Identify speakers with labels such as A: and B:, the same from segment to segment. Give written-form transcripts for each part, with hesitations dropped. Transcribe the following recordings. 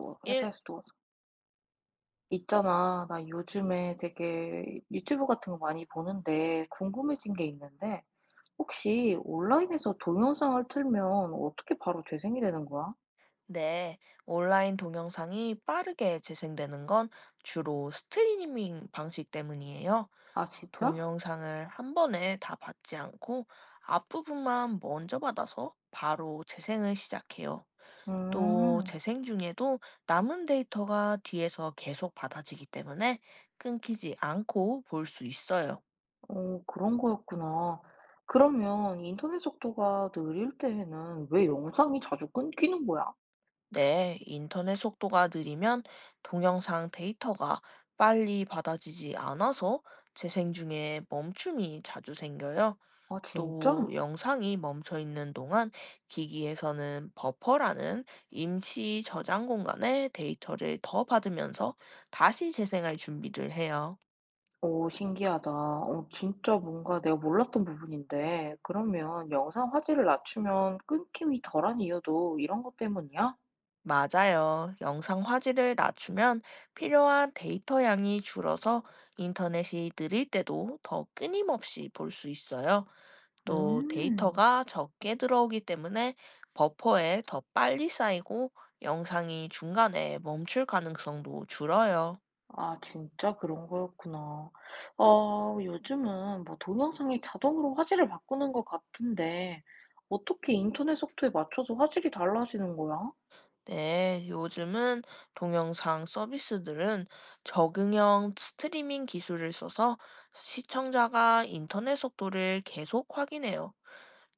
A: 뭐
B: 1.
A: 회사에서 누워서. 있잖아, 나 요즘에 되게 유튜브 같은 거 많이 보는데 궁금해진 게 있는데 혹시 온라인에서 동영상을 틀면 어떻게 바로 재생이 되는 거야?
B: 네, 온라인 동영상이 빠르게 재생되는 건 주로 스트리밍 방식 때문이에요.
A: 아, 진짜?
B: 동영상을 한 번에 다 받지 않고 앞부분만 먼저 받아서 바로 재생을 시작해요. 또
A: 음,
B: 재생 중에도 남은 데이터가 뒤에서 계속 받아지기 때문에 끊기지 않고 볼 수 있어요.
A: 어, 그런 거였구나. 그러면 인터넷 속도가 느릴 때에는 왜 영상이 자주 끊기는 거야?
B: 네, 인터넷 속도가 느리면 동영상 데이터가 빨리 받아지지 않아서 재생 중에 멈춤이 자주 생겨요.
A: 아,
B: 또
A: 진짜?
B: 영상이 멈춰 있는 동안 기기에서는 버퍼라는 임시 저장 공간에 데이터를 더 받으면서 다시 재생할 준비를 해요.
A: 오 신기하다. 어 진짜 뭔가 내가 몰랐던 부분인데 그러면 영상 화질을 낮추면 끊김이 덜한 이유도 이런 것 때문이야?
B: 맞아요. 영상 화질을 낮추면 필요한 데이터 양이 줄어서 인터넷이 느릴 때도 더 끊임없이 볼 수 있어요. 또
A: 음.
B: 데이터가 적게 들어오기 때문에 버퍼에 더 빨리 쌓이고 영상이 중간에 멈출 가능성도 줄어요.
A: 아 진짜 그런 거였구나. 어 요즘은 뭐 동영상이 자동으로 화질을 바꾸는 것 같은데 어떻게 인터넷 속도에 맞춰서 화질이 달라지는 거야?
B: 네, 요즘은 동영상 서비스들은 적응형 스트리밍 기술을 써서 시청자가 인터넷 속도를 계속 확인해요.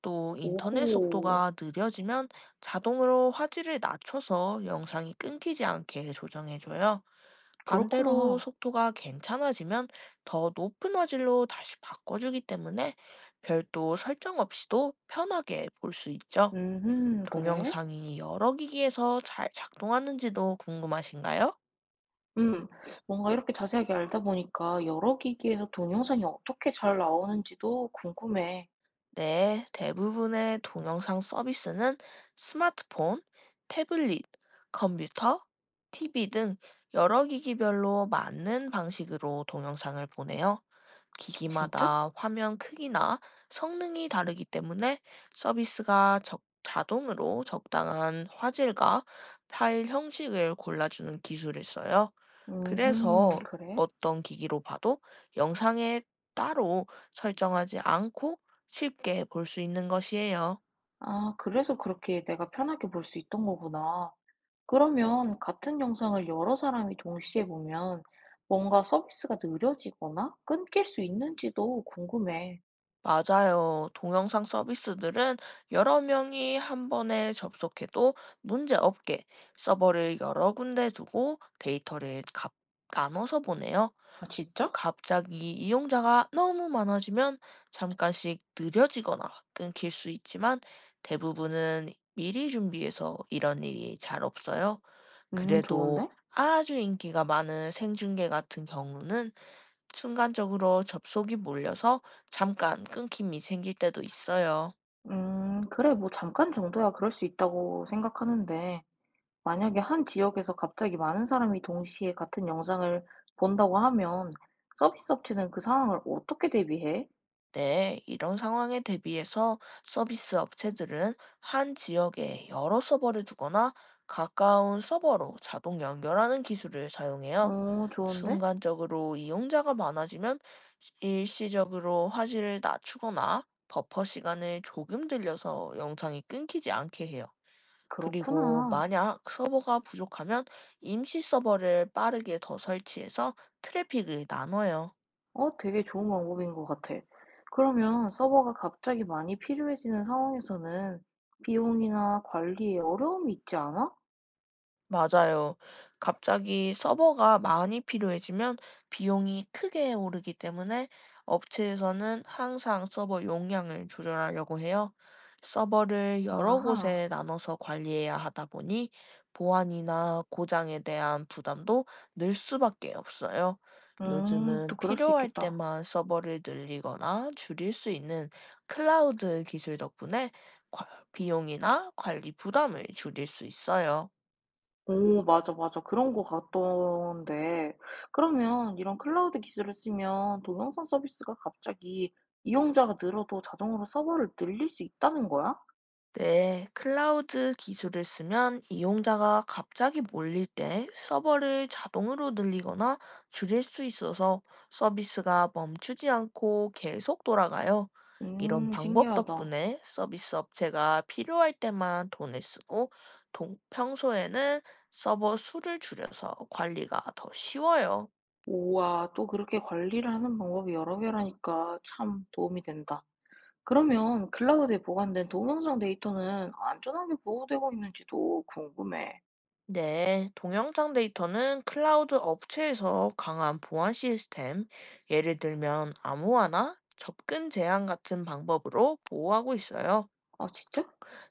B: 또 인터넷
A: 오호.
B: 속도가 느려지면 자동으로 화질을 낮춰서 영상이 끊기지 않게 조정해줘요. 반대로
A: 그렇구나.
B: 속도가 괜찮아지면 더 높은 화질로 다시 바꿔주기 때문에 별도 설정 없이도 편하게 볼 수 있죠.
A: 음흠. 그래?
B: 동영상이 여러 기기에서 잘 작동하는지도 궁금하신가요?
A: 음. 뭔가 이렇게 자세하게 알다 보니까 여러 기기에서 동영상이 어떻게 잘 나오는지도 궁금해.
B: 네, 대부분의 동영상 서비스는 스마트폰, 태블릿, 컴퓨터, TV 등 여러 기기별로 맞는 방식으로 동영상을 보내요.
A: 진짜?
B: 기기마다 화면 크기나 성능이 다르기 때문에 서비스가 자동으로 적당한 화질과 파일 형식을 골라주는 기술을 써요.
A: 음흠.
B: 그래서
A: 그래?
B: 어떤 기기로 봐도 영상에 따로 설정하지 않고 쉽게 볼 수 있는 것이에요.
A: 아, 그래서 그렇게 내가 편하게 볼 수 있던 거구나. 그러면 같은 영상을 여러 사람이 동시에 보면 뭔가 서비스가 느려지거나 끊길 수 있는지도 궁금해.
B: 맞아요. 동영상 서비스들은 여러 명이 한 번에 접속해도 문제 없게 서버를 여러 군데 두고 데이터를 값 나눠서 보내요.
A: 아, 진짜?
B: 갑자기 이용자가 너무 많아지면 잠깐씩 느려지거나 끊길 수 있지만 대부분은 미리 준비해서 이런 일이 잘 없어요. 그래도
A: 좋은데?
B: 아주 인기가 많은 생중계 같은 경우는 순간적으로 접속이 몰려서 잠깐 끊김이 생길 때도 있어요.
A: 그래, 뭐 잠깐 정도야 그럴 수 있다고 생각하는데. 만약에 한 지역에서 갑자기 많은 사람이 동시에 같은 영상을 본다고 하면 서비스 업체는 그 상황을 어떻게 대비해?
B: 네, 이런 상황에 대비해서 서비스 업체들은 한 지역에 여러 서버를 두거나 가까운 서버로 자동 연결하는 기술을 사용해요.
A: 어, 좋은데?
B: 순간적으로 이용자가 많아지면 일시적으로 화질을 낮추거나 버퍼 시간을 조금 들려서 영상이 끊기지 않게 해요. 그리고
A: 그렇구나.
B: 만약 서버가 부족하면 임시 서버를 빠르게 더 설치해서 트래픽을 나눠요.
A: 어, 되게 좋은 방법인 것 같아. 그러면 서버가 갑자기 많이 필요해지는 상황에서는 비용이나 관리에 어려움이 있지 않아?
B: 맞아요. 갑자기 서버가 많이 필요해지면 비용이 크게 오르기 때문에 업체에서는 항상 서버 용량을 조절하려고 해요. 서버를 여러
A: 아하.
B: 곳에 나눠서 관리해야 하다 보니 보안이나 고장에 대한 부담도 늘 수밖에 없어요.
A: 또
B: 요즘은
A: 그럴 수
B: 필요할
A: 있겠다.
B: 때만 서버를 늘리거나 줄일 수 있는 클라우드 기술 덕분에 비용이나 관리 부담을 줄일 수 있어요.
A: 오 맞아, 맞아. 그런 거 같던데 그러면 이런 클라우드 기술을 쓰면 동영상 서비스가 갑자기 이용자가 늘어도 자동으로 서버를 늘릴 수 있다는 거야?
B: 네, 클라우드 기술을 쓰면 이용자가 갑자기 몰릴 때 서버를 자동으로 늘리거나 줄일 수 있어서 서비스가 멈추지 않고 계속 돌아가요. 이런 방법
A: 신기하다.
B: 덕분에 서비스 업체가 필요할 때만 돈을 쓰고 평소에는 서버 수를 줄여서 관리가 더 쉬워요.
A: 우와 또 그렇게 관리를 하는 방법이 여러 개라니까 참 도움이 된다. 그러면 클라우드에 보관된 동영상 데이터는 안전하게 보호되고 있는지도 궁금해.
B: 네, 동영상 데이터는 클라우드 업체에서 강한 보안 시스템, 예를 들면 암호화나 접근 제한 같은 방법으로 보호하고 있어요.
A: 아 진짜?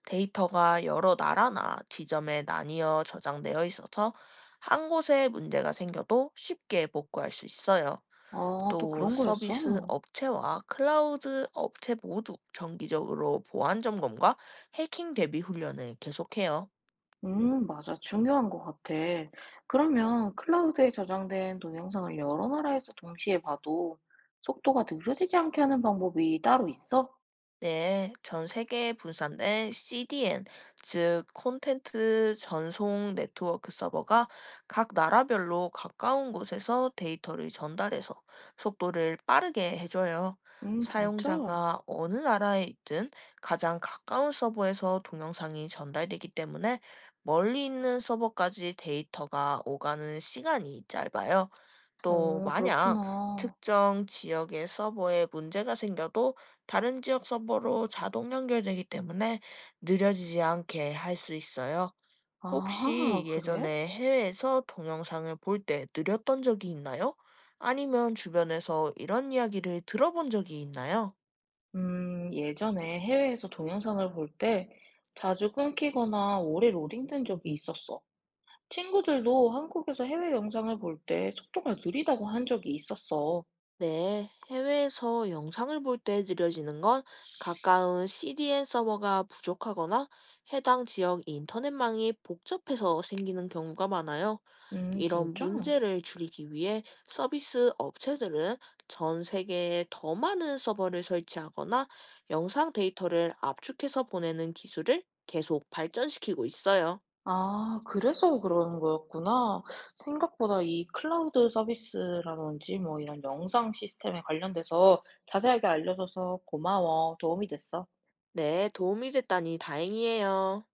B: 데이터가 여러 나라나 지점에 나뉘어 저장되어 있어서 한 곳에 문제가 생겨도 쉽게 복구할 수 있어요.
A: 아 또
B: 또
A: 그런
B: 서비스
A: 거였어?
B: 업체와 클라우드 업체 모두 정기적으로 보안 점검과 해킹 대비 훈련을 계속해요.
A: 맞아. 중요한 것 같아. 그러면 클라우드에 저장된 동영상을 여러 나라에서 동시에 봐도 속도가 느려지지 않게 하는 방법이 따로 있어?
B: 네, 전 세계에 분산된 CDN, 즉 콘텐츠 전송 네트워크 서버가 각 나라별로 가까운 곳에서 데이터를 전달해서 속도를 빠르게 해줘요.
A: 진짜?
B: 사용자가 어느 나라에 있든 가장 가까운 서버에서 동영상이 전달되기 때문에 멀리 있는 서버까지 데이터가 오가는 시간이 짧아요. 또
A: 어,
B: 만약
A: 그렇구나.
B: 특정 지역의 서버에 문제가 생겨도 다른 지역 서버로 자동 연결되기 때문에 느려지지 않게 할 수 있어요. 혹시
A: 아하, 그래?
B: 예전에 해외에서 동영상을 볼 때 느렸던 적이 있나요? 아니면 주변에서 이런 이야기를 들어본 적이 있나요?
A: 예전에 해외에서 동영상을 볼 때 자주 끊기거나 오래 로딩된 적이 있었어. 친구들도 한국에서 해외 영상을 볼 때 속도가 느리다고 한 적이 있었어.
B: 네, 해외에서 영상을 볼 때 느려지는 건 가까운 CDN 서버가 부족하거나 해당 지역 인터넷망이 복잡해서 생기는 경우가 많아요. 이런
A: 진짜?
B: 문제를 줄이기 위해 서비스 업체들은 전 세계에 더 많은 서버를 설치하거나 영상 데이터를 압축해서 보내는 기술을 계속 발전시키고 있어요.
A: 아 그래서 그런 거였구나. 생각보다 이 클라우드 서비스라든지 뭐 이런 영상 시스템에 관련돼서 자세하게 알려줘서 고마워. 도움이 됐어.
B: 네, 도움이 됐다니 다행이에요.